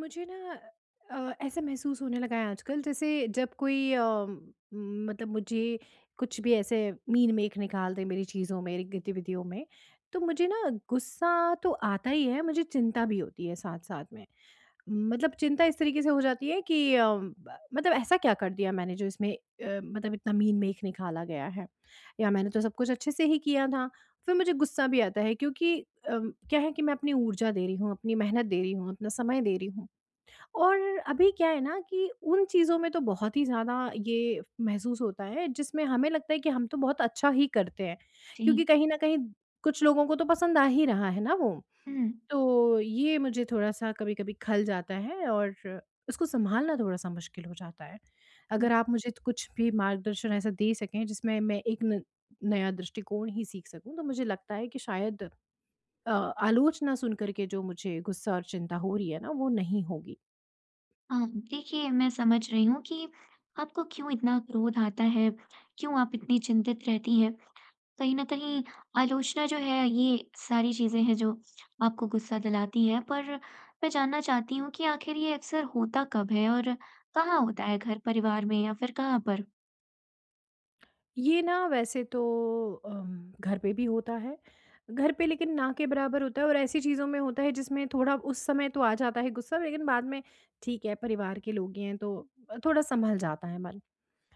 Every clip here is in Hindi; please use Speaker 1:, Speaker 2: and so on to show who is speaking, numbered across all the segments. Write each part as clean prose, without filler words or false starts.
Speaker 1: मुझे ना अ, ऐसा महसूस होने लगा है आजकल जैसे जब कोई मतलब मुझे कुछ भी ऐसे मीन मेख निकाल दे मेरी चीज़ों में मेरी गतिविधियों में, तो मुझे ना गुस्सा तो आता ही है, मुझे चिंता भी होती है साथ साथ में। मतलब चिंता इस तरीके से हो जाती है कि मतलब ऐसा क्या कर दिया मैंने जो इसमें मतलब इतना मीन मेख निकाला गया है, या मैंने तो सब कुछ अच्छे से ही किया था। फिर मुझे गुस्सा भी आता है क्योंकि क्या है कि मैं अपनी ऊर्जा दे रही हूँ, अपनी मेहनत दे रही हूँ, अपना समय दे रही हूँ, और अभी क्या है ना कि उन चीज़ों में तो बहुत ही ज़्यादा ये महसूस होता है जिसमें हमें लगता है कि हम तो बहुत अच्छा ही करते हैं, क्योंकि
Speaker 2: जी,
Speaker 1: कहीं न कहीं कुछ लोगों को तो पसंद आ ही रहा है ना वो।
Speaker 2: हुँ।
Speaker 1: तो ये मुझे थोड़ा-सा कभी-कभी खल जाता है, और उसको सँभालना थोड़ा-सा मुश्किल हो जाता है। अगर आप मुझे तो कुछ भी मार्गदर्शन ऐसा दे सकें जिसमें मैं एक न नया दृष्टिकोण ही सीख सकूँ, तो मुझे लगता है कि शायद अ, आलोचना सुन कर के जो मुझे गुस्सा और चिंता हो रही है ना, वो नहीं होगी।
Speaker 2: हाँ, देखिए मैं समझ रही हूँ कि आपको क्यों इतना क्रोध आता है, क्यों आप इतनी चिंतित रहती हैं। कहीं न कहीं आलोचना जो है ये सारी चीज़ें हैं जो आपको गुस्सा दिलाती हैं। पर मैं जानना चाहती हूँ कि आखिर ये अक्सर होता कब है और कहाँ होता है, घर परिवार में या फिर कहाँ पर?
Speaker 1: ये ना वैसे तो घर पे भी होता है। घर पे लेकिन ना के बराबर होता है, और ऐसी चीज़ों में होता है जिसमें थोड़ा उस समय तो आ जाता है गुस्सा, लेकिन बाद में ठीक है, परिवार के लोग ही हैं तो थोड़ा सँभल जाता है मन।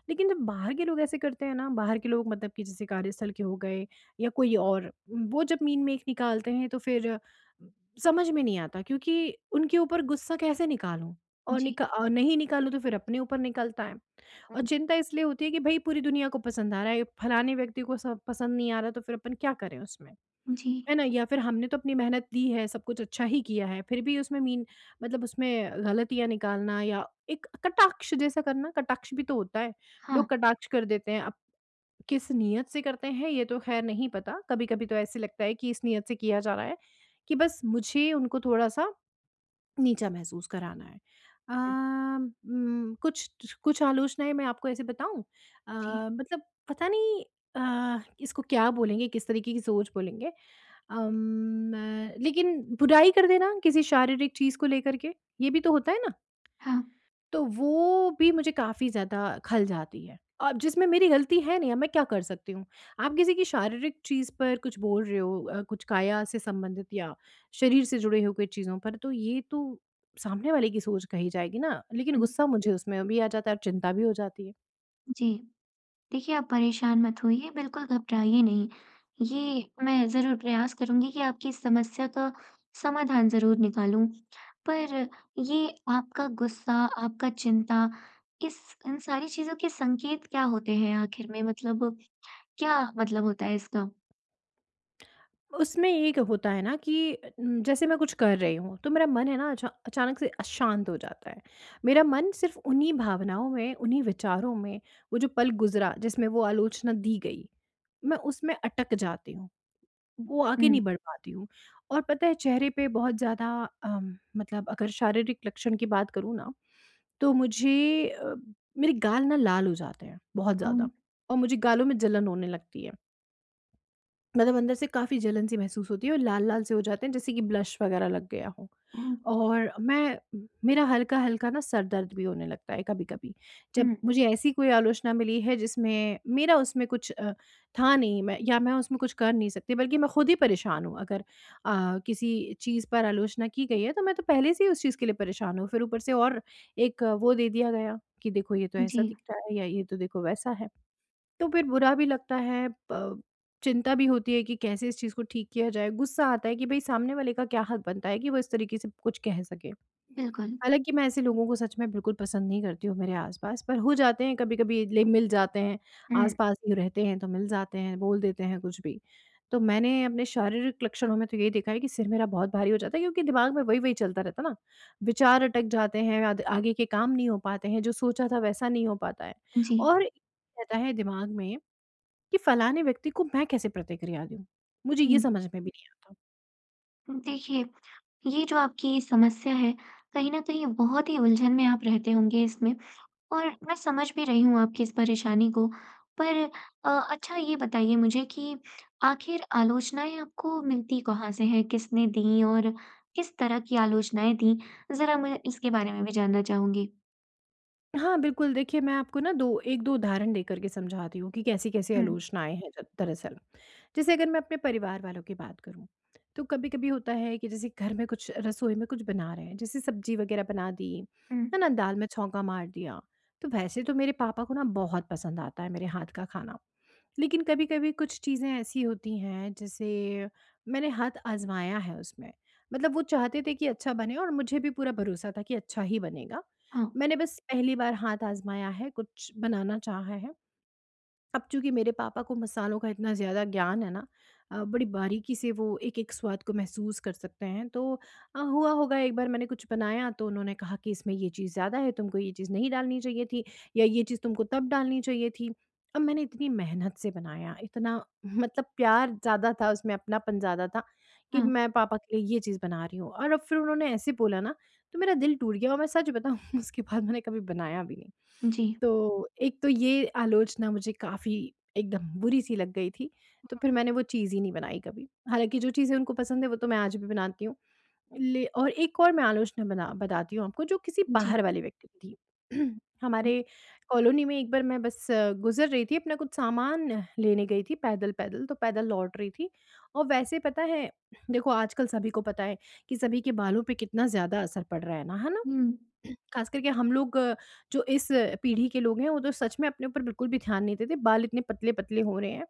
Speaker 1: लेकिन जब बाहर के लोग ऐसे करते हैं ना, बाहर के लोग मतलब कि जैसे कार्यस्थल के हो गए या कोई और, वो जब मीन मेक निकालते हैं तो फिर समझ में नहीं आता क्योंकि उनके ऊपर गुस्सा कैसे निकालूँ? और
Speaker 2: जी।
Speaker 1: नहीं निकालूँ तो फिर अपने ऊपर निकलता है। और
Speaker 2: हुँ।
Speaker 1: चिंता इसलिए होती है कि भई पूरी दुनिया को पसंद आ रहा है, फलाने व्यक्ति को सब पसंद नहीं आ रहा, तो फिर अपन क्या करें उसमें?
Speaker 2: जी,
Speaker 1: है ना? या फिर हमने तो अपनी मेहनत दी है, सब कुछ अच्छा ही किया है, फिर भी उसमें मीन मतलब उसमें गलतियाँ निकालना या एक कटाक्ष जैसा करना, कटाक्ष भी तो होता है।
Speaker 2: हाँ।
Speaker 1: लोग कटाक्ष कर देते हैं, अब किस नियत से करते हैं ये तो ख़ैर नहीं पता, कभी-कभी तो ऐसे लगता है कि इस नियत से किया जा रहा है कि बस मुझे उनको थोड़ा-सा नीचा महसूस कराना है। अ,
Speaker 2: हुँ।
Speaker 1: कुछ कुछ आलोचनाएँ मैं आपको ऐसे बताऊँ, अ,
Speaker 2: जी,
Speaker 1: मतलब पता नहीं, इसको क्या बोलेंगे, किस तरीके की सोच बोलेंगे? लेकिन बुराई कर देना किसी शारीरिक चीज़ को लेकर के, ये भी तो होता है ना?
Speaker 2: हाँ।
Speaker 1: तो वो भी मुझे काफ़ी ज़्यादा खल जाती है। अब जिसमें मेरी गलती है नहीं, अब मैं क्या कर सकती हूँ? आप किसी की शारीरिक चीज़ पर कुछ बोल रहे हो, कुछ काया से संबंधित या शरीर से जुड़े हुए चीज़ों पर, तो ये तो सामने वाले की सोच कही जाएगी ना। लेकिन
Speaker 2: हुँ,
Speaker 1: गुस्सा मुझे उसमें भी आ जाता है और चिंता भी हो जाती है।
Speaker 2: जी। देखिए, आप परेशान मत होइए, बिल्कुल घबराइए नहीं। ये मैं ज़रूर प्रयास करूँगी कि आपकी समस्या का समाधान ज़रूर निकालूँ। पर ये आपका गुस्सा, आपका चिंता, इस इन सारी चीज़ों के संकेत क्या होते हैं आखिर में? मतलब क्या मतलब होता है इसका?
Speaker 1: उसमें एक होता है ना कि जैसे मैं कुछ कर रही हूँ तो मेरा मन है ना अचानक से अशांत हो जाता है। मेरा मन सिर्फ़ उन्हीं भावनाओं में, उन्हीं विचारों में, वो जो पल गुज़रा जिसमें वो आलोचना दी गई, मैं उसमें अटक जाती हूँ। वो आगे
Speaker 2: हुँ,
Speaker 1: नहीं बढ़ पाती हूँ, और पता है चेहरे पे बहुत ज़्यादा मतलब अगर शारीरिक लक्षण की बात करूँ ना, तो मुझे मेरे गाल ना लाल हो जाते हैं बहुत ज़्यादा,
Speaker 2: हुँ,
Speaker 1: और मुझे गालों में जलन होने लगती है। मतलब अंदर से काफ़ी जलन सी महसूस होती है, और लाल-लाल से हो जाते हैं जैसे कि ब्लश वगैरह लग गया हो।
Speaker 2: हुँ,
Speaker 1: और मैं, मेरा हल्का-हल्का ना सर दर्द भी होने लगता है कभी-कभी। जब
Speaker 2: हुँ,
Speaker 1: मुझे ऐसी कोई आलोचना मिली है जिसमें मेरा उसमें कुछ था नहीं, मैं या मैं उसमें कुछ कर नहीं सकती बल्कि मैं खुद ही परेशान हूँ। अगर किसी चीज़ पर आलोचना की गई है तो मैं तो पहले से ही उस चीज़ के लिए परेशान हूँ। फिर ऊपर से और एक वो दे दिया गया कि देखो ये तो ऐसा
Speaker 2: जी,
Speaker 1: दिख रहा है या ये तो देखो वैसा है। तो फिर बुरा भी लगता है, प चिंता भी होती है कि कैसे इस चीज़ को ठीक किया जाए। गुस्सा आता है कि भई सामने वाले का क्या हक बनता है कि वो इस तरीके से कुछ कह सके।
Speaker 2: बिल्कुल।
Speaker 1: हालाँकि मैं ऐसे लोगों को सच में बिल्कुल पसंद नहीं करती हूँ मेरे आस-पास, पर हो जाते हैं कभी-कभी, ले मिल जाते हैं,
Speaker 2: हुँ,
Speaker 1: आस-पास ही रहते हैं तो मिल जाते हैं, बोल देते हैं कुछ भी। तो मैंने अपने शारीरिक लक्षणों में तो यही देखा है कि सिर मेरा बहुत भारी हो जाता है क्योंकि दिमाग में वही-वही चलता रहता है ना। विचार अटक जाते हैं, आद आगे के काम नहीं हो पाते हैं, जो सोचा था वैसा नहीं हो पाता है,
Speaker 2: जी,
Speaker 1: और रहता है दिमाग में कि फलाने व्यक्ति को मैं कैसे प्रतिक्रिया दूँ? मुझे ये
Speaker 2: हुँ।
Speaker 1: समझ में भी नहीं आता।
Speaker 2: देखिए, ये जो आपकी समस्या है, कहीं न कहीं बहुत ही उलझन में आप रहते होंगे इसमें। और मैं समझ भी रही हूँ आपकी इस परेशानी को। पर अच्छा ये बताइए मुझे कि आखिर आलोचनाएँ आपको मिलती कहाँ से हैं? किसने दी और किस तरह की आलोचनाएँ दी? ज़रा मैं इसके बारे में भी जानना चाहूँगी।
Speaker 1: हाँ, बिल्कुल, देखिए मैं आपको ना 2 1-2 उदाहरण देकर के समझाती हूँ कि कैसी-कैसी
Speaker 2: हुँ,
Speaker 1: आलोचनाएँ हैं द दरअसल। जैसे अगर मैं अपने परिवार वालों की बात करूँ, तो कभी-कभी होता है कि जैसे घर में कुछ, रसोई में कुछ बना रहे हैं, जैसे सब्ज़ी वग़ैरह बना दी,
Speaker 2: हुँ,
Speaker 1: है ना? दाल में छौंका मार दिया, तो वैसे तो मेरे पापा को ना बहुत पसंद आता है मेरे हाथ का खाना। लेकिन कभी-कभी कुछ चीज़ें ऐसी होती हैं जैसे मैंने हाथ आज़माया है उसमें। मतलब वो चाहते थे कि अच्छा बने और मुझे भी पूरा भरोसा था कि अच्छा ही बनेगा।
Speaker 2: हाँ,
Speaker 1: मैंने बस पहली बार हाथ आज़माया है, कुछ बनाना चाहा है। अब चूँकि मेरे पापा को मसालों का इतना ज़्यादा ज्ञान है ना, बड़ी बारीकी से वो एक-एक स्वाद को महसूस कर सकते हैं। तो हुआ होगा एक बार मैंने कुछ बनाया तो उन्होंने कहा कि इसमें ये चीज़ ज़्यादा है, तुमको ये चीज़ नहीं डालनी चाहिए थी या ये चीज़ तुमको तब डालनी चाहिए थी। अब मैंने इतनी मेहनत से बनाया, इतना मतलब प्यार ज़्यादा था उसमें, अपनापन ज़्यादा था कि
Speaker 2: हाँ।
Speaker 1: मैं पापा के लिए ये चीज़ बना रही हूँ। और अब फिर उन्होंने ऐसे बोला ना, तो मेरा दिल टूट गया, और मैं सच बताऊँ उसके बाद मैंने कभी बनाया भी नहीं।
Speaker 2: जी,
Speaker 1: तो एक तो ये आलोचना मुझे काफ़ी एकदम बुरी-सी लग गई थी, तो फिर मैंने वो चीज़ ही नहीं बनाई कभी। हालाँकि जो चीज़ें उनको पसंद है वो तो मैं आज भी बनाती हूँ। ले और एक और मैं आलोचना बना बताती हूँ आपको जो किसी
Speaker 2: जी।
Speaker 1: बाहर वाले व्यक्ति की थी।
Speaker 2: हुँ,
Speaker 1: हमारे कॉलोनी में एक बार मैं बस गुज़र रही थी, अपना कुछ सामान लेने गई थी पैदल-पैदल, तो पैदल लौट रही थी। और वैसे पता है, देखो आजकल सभी को पता है कि सभी के बालों पे कितना ज़्यादा असर पड़ रहा है ना, है ना? खास करके हम लोग, जो इस पीढ़ी के लोग हैं वो तो सच में अपने ऊपर बिल्कुल भी ध्यान नहीं देते, बाल इतने पतले पतले हो रहे हैं।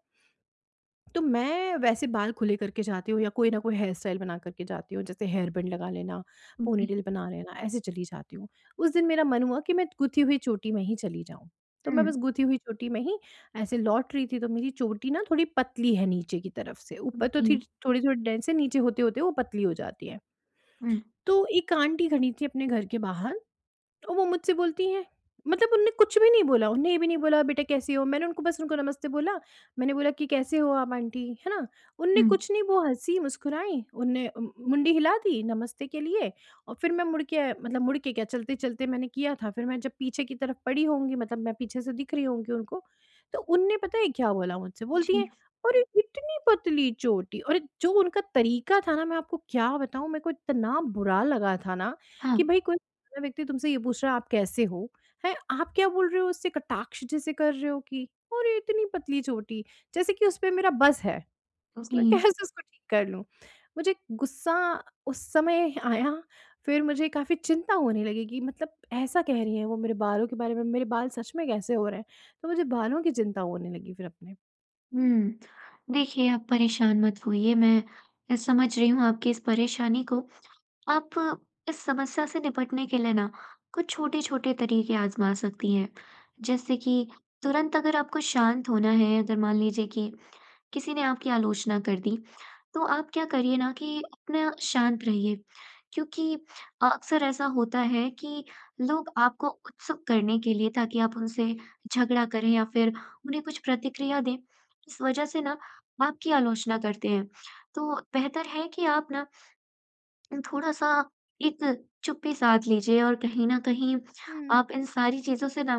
Speaker 1: तो मैं वैसे बाल खुले करके जाती हूँ या कोई ना कोई हेयर स्टाइल बना करके जाती हूँ, जैसे हेयर बैंड लगा लेना,
Speaker 2: हुँ, जी,
Speaker 1: पोनीटेल बना लेना, ऐसे चली जाती हूँ। उस दिन मेरा मन हुआ कि मैं गुथी हुई चोटी में ही चली जाऊँ, तो मैं
Speaker 2: हुँ,
Speaker 1: बस गुथी हुई चोटी में ही ऐसे लौट रही थी। तो मेरी चोटी ना थोड़ी पतली है, नीचे की तरफ से, ऊपर तो थी,
Speaker 2: जी,
Speaker 1: थोड़ी थोड़ी डेंस है, नीचे होते होते वो पतली हो जाती है।
Speaker 2: हुँ,
Speaker 1: तो एक आंटी खड़ी थी अपने घर के बाहर, और वो मुझसे बोलती हैं, मतलब उनने कुछ भी नहीं बोला, उन्हें ये भी नहीं बोला बेटा कैसे हो? मैंने उनको बस उनको नमस्ते बोला, मैंने बोला कि कैसे हो आप आंटी, है ना? उनने
Speaker 2: हुँ,
Speaker 1: कुछ नहीं, वो हँसी, मुस्कुराई, उनने मुंडी हिला दी नमस्ते के लिए, और फिर मैं मुड़ के, मतलब मुड़ के क्या, चलते-चलते मैंने किया था, फिर मैं जब पीछे की तरफ पड़ी होंगी, मतलब मैं पीछे से दिख रही होंगी उनको, तो उनने पता है क्या बोला मुझसे? बोलती हैं,
Speaker 2: जी,
Speaker 1: "अरे! इतनी पतली चोटी।" अरे! जो उनका तरीका था ना, मैं आपको क्या बताऊँ, मेरे को इतना बुरा लगा था ना
Speaker 2: हाँ,
Speaker 1: कि भाई, कोई दूसरा व्यक्ति तुमसे ये पूछ रहा है आप कैसे हो? हैं? आप क्या बोल रहे हो, उससे कटाक्ष जैसे कर रहे हो कि अरे! इतनी पतली चोटी, जैसे कि उस पे मेरा बस है कि
Speaker 2: जी,
Speaker 1: मैं कैसे उसको ठीक कर लूँ। मुझे गुस्सा उस समय आया, फिर मुझे काफ़ी चिंता होने लगी कि मतलब ऐसा कह रही है वो मेरे बालों के बारे में, मेरे बाल सच में कैसे हो रहे हैं? तो मुझे बालों की चिंता होने लगी फिर अपने।
Speaker 2: हुँ। देखिए, आप परेशान मत होइए, मैं समझ रही हूँ आपकी इस परेशानी को। आप इस समस्या से निपटने के लिए ना कुछ छोटे-छोटे तरीके आज़मा सकती हैं। जैसे कि तुरंत अगर आपको शांत होना है, अगर मान लीजिए कि किसी ने आपकी आलोचना कर दी, तो आप क्या करिए ना कि अपना शांत रहिए। क्योंकि अक्सर ऐसा होता है कि लोग आपको उत्सुक करने के लिए, ताकि आप उनसे झगड़ा करें या फिर उन्हें कुछ प्रतिक्रिया दें, इस वजह से ना आपकी आलोचना करते हैं। तो बेहतर है कि आप ना थोड़ा-सा एक चुप्पी साध लीजिए, और कहीं न कहीं
Speaker 1: हुँ।
Speaker 2: आप इन सारी चीज़ों से ना,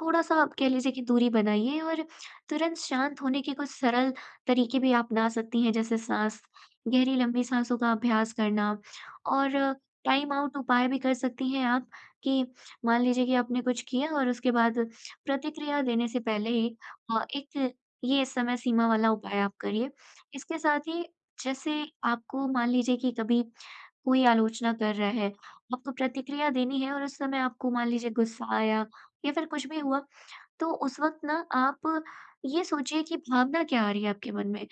Speaker 2: थोड़ा-सा आप कह लीजिए कि दूरी बनाइए। और तुरंत शांत होने के कुछ सरल तरीके भी आप अपना सकती हैं, जैसे साँस, गहरी लंबी साँसों का अभ्यास करना। और टाइम आउट उपाय भी कर सकती हैं आप, कि मान लीजिए कि आपने कुछ किया और उसके बाद प्रतिक्रिया देने से पहले ही एक ये समय सीमा वाला उपाय आप करिए। इसके साथ ही, जैसे आपको मान लीजिए कि कभी कोई आलोचना कर रहा है, आपको प्रतिक्रिया देनी है और उस समय आपको मान लीजिए गुस्सा आया या फिर कुछ भी हुआ, तो उस वक़्त ना आप ये सोचिए कि भावना क्या आ रही है आपके मन में,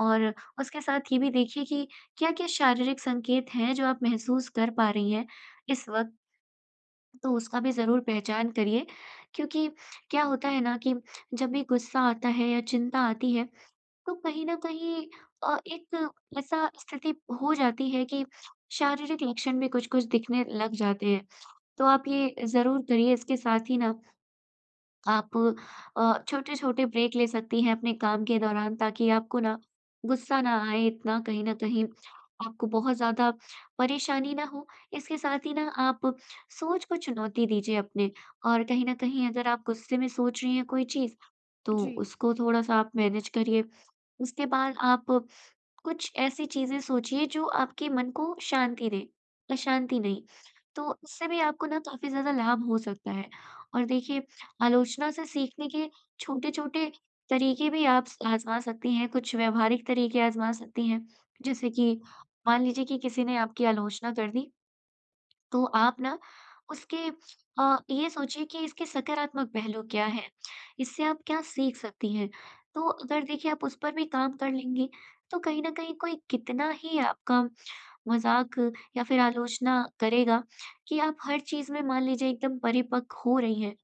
Speaker 2: और उसके साथ ये भी देखिए कि क्या-क्या शारीरिक संकेत हैं जो आप महसूस कर पा रही हैं इस वक़्त, तो उसका भी ज़रूर पहचान करिए। क्योंकि क्या होता है ना, कि जब भी गुस्सा आता है या चिंता आती है, तो कहीं न कहीं एक ऐसा स्थिति हो जाती है कि शारीरिक लक्षण भी कुछ-कुछ दिखने लग जाते हैं। तो आप ये ज़रूर करिए। इसके साथ ही ना आप छोटे-छोटे ब्रेक ले सकती हैं अपने काम के दौरान, ताकि आपको ना गुस्सा ना आए इतना, कहीं न कहीं आपको बहुत ज़्यादा परेशानी ना हो। इसके साथ ही ना आप सोच को चुनौती दीजिए अपने, और कहीं न कहीं अगर आप गुस्से में सोच रही हैं कोई चीज़, तो
Speaker 1: जी,
Speaker 2: उसको थोड़ा-सा आप मैनेज करिए। उसके बाद आप कुछ ऐसी चीज़ें सोचिए जो आपके मन को शांति दें, अशांति नहीं। तो इससे भी आपको ना काफ़ी ज़्यादा लाभ हो सकता है। और देखिए, आलोचना से सीखने के छोटे-छोटे तरीके भी आप स आज़मा सकती हैं, कुछ व्यावहारिक तरीके आज़मा सकती हैं। जैसे कि मान लीजिए कि किसी ने आपकी आलोचना कर दी, तो आप ना उसके ये सोचिए कि इसके सकारात्मक पहलू क्या हैं? इससे आप क्या सीख सकती हैं? तो अगर देखिए आप उस पर भी काम कर लेंगी, तो कहीं न कहीं कोई कितना ही आपका मज़ाक या फिर आलोचना करेगा, कि आप हर चीज़ में मान लीजिए एकदम परिपक्व हो रही हैं।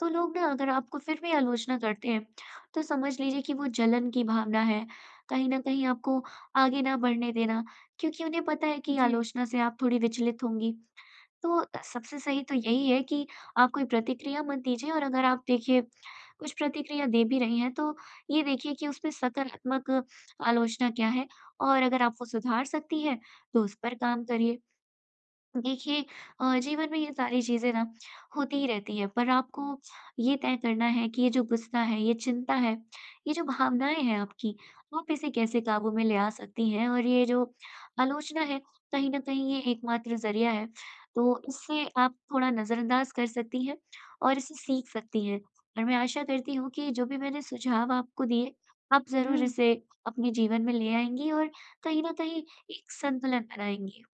Speaker 2: तो लोग ना अगर आपको फिर भी आलोचना करते हैं, तो समझ लीजिए कि वो जलन की भावना है। कहीं न कहीं आपको आगे ना बढ़ने देना, क्योंकि उन्हें पता है कि
Speaker 1: जी।
Speaker 2: आलोचना से आप थोड़ी विचलित होंगी। तो सबसे सही तो यही है कि आप कोई प्रतिक्रिया मत दीजिए, और अगर आप देखिए कुछ प्रतिक्रिया दे भी रही हैं, तो ये देखिए कि उसमें सकारात्मक आलोचना क्या है, और अगर आप वो सुधार सकती हैं, तो उस पर काम करिए। देखिए, जीवन में ये सारी चीज़ें ना होती ही रहती है, पर आपको ये तय करना है कि ये जो गुस्सा है, ये चिंता है, ये जो भावनाएँ हैं आपकी, आप इसे कैसे काबू में ले आ सकती हैं, और ये जो आलोचना है, कहीं न कहीं ये एकमात्र ज़रिया है। तो इससे आप थोड़ा नज़रअंदाज कर सकती हैं और इसे सीख सकती हैं। और मैं आशा करती हूँ कि जो भी मैंने सुझाव आपको दिए, आप ज़रूर
Speaker 1: हुँ।
Speaker 2: इसे अपने जीवन में ले आएँगी और कहीं न कहीं एक संतुलन बनाएँगी।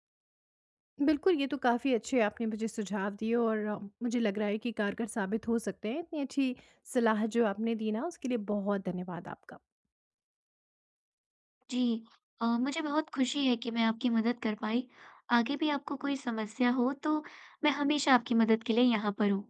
Speaker 1: बिल्कुल, ये तो काफ़ी अच्छे आपने मुझे सुझाव दिए, और मुझे लग रहा है कि कारगर साबित हो सकते हैं। इतनी अच्छी सलाह जो आपने दी ना, उसके लिए बहुत धन्यवाद आपका।
Speaker 2: जी। मुझे बहुत खुशी है कि मैं आपकी मदद कर पाई। आगे भी आपको कोई समस्या हो तो मैं हमेशा आपकी मदद के लिए यहाँ पर हूँ।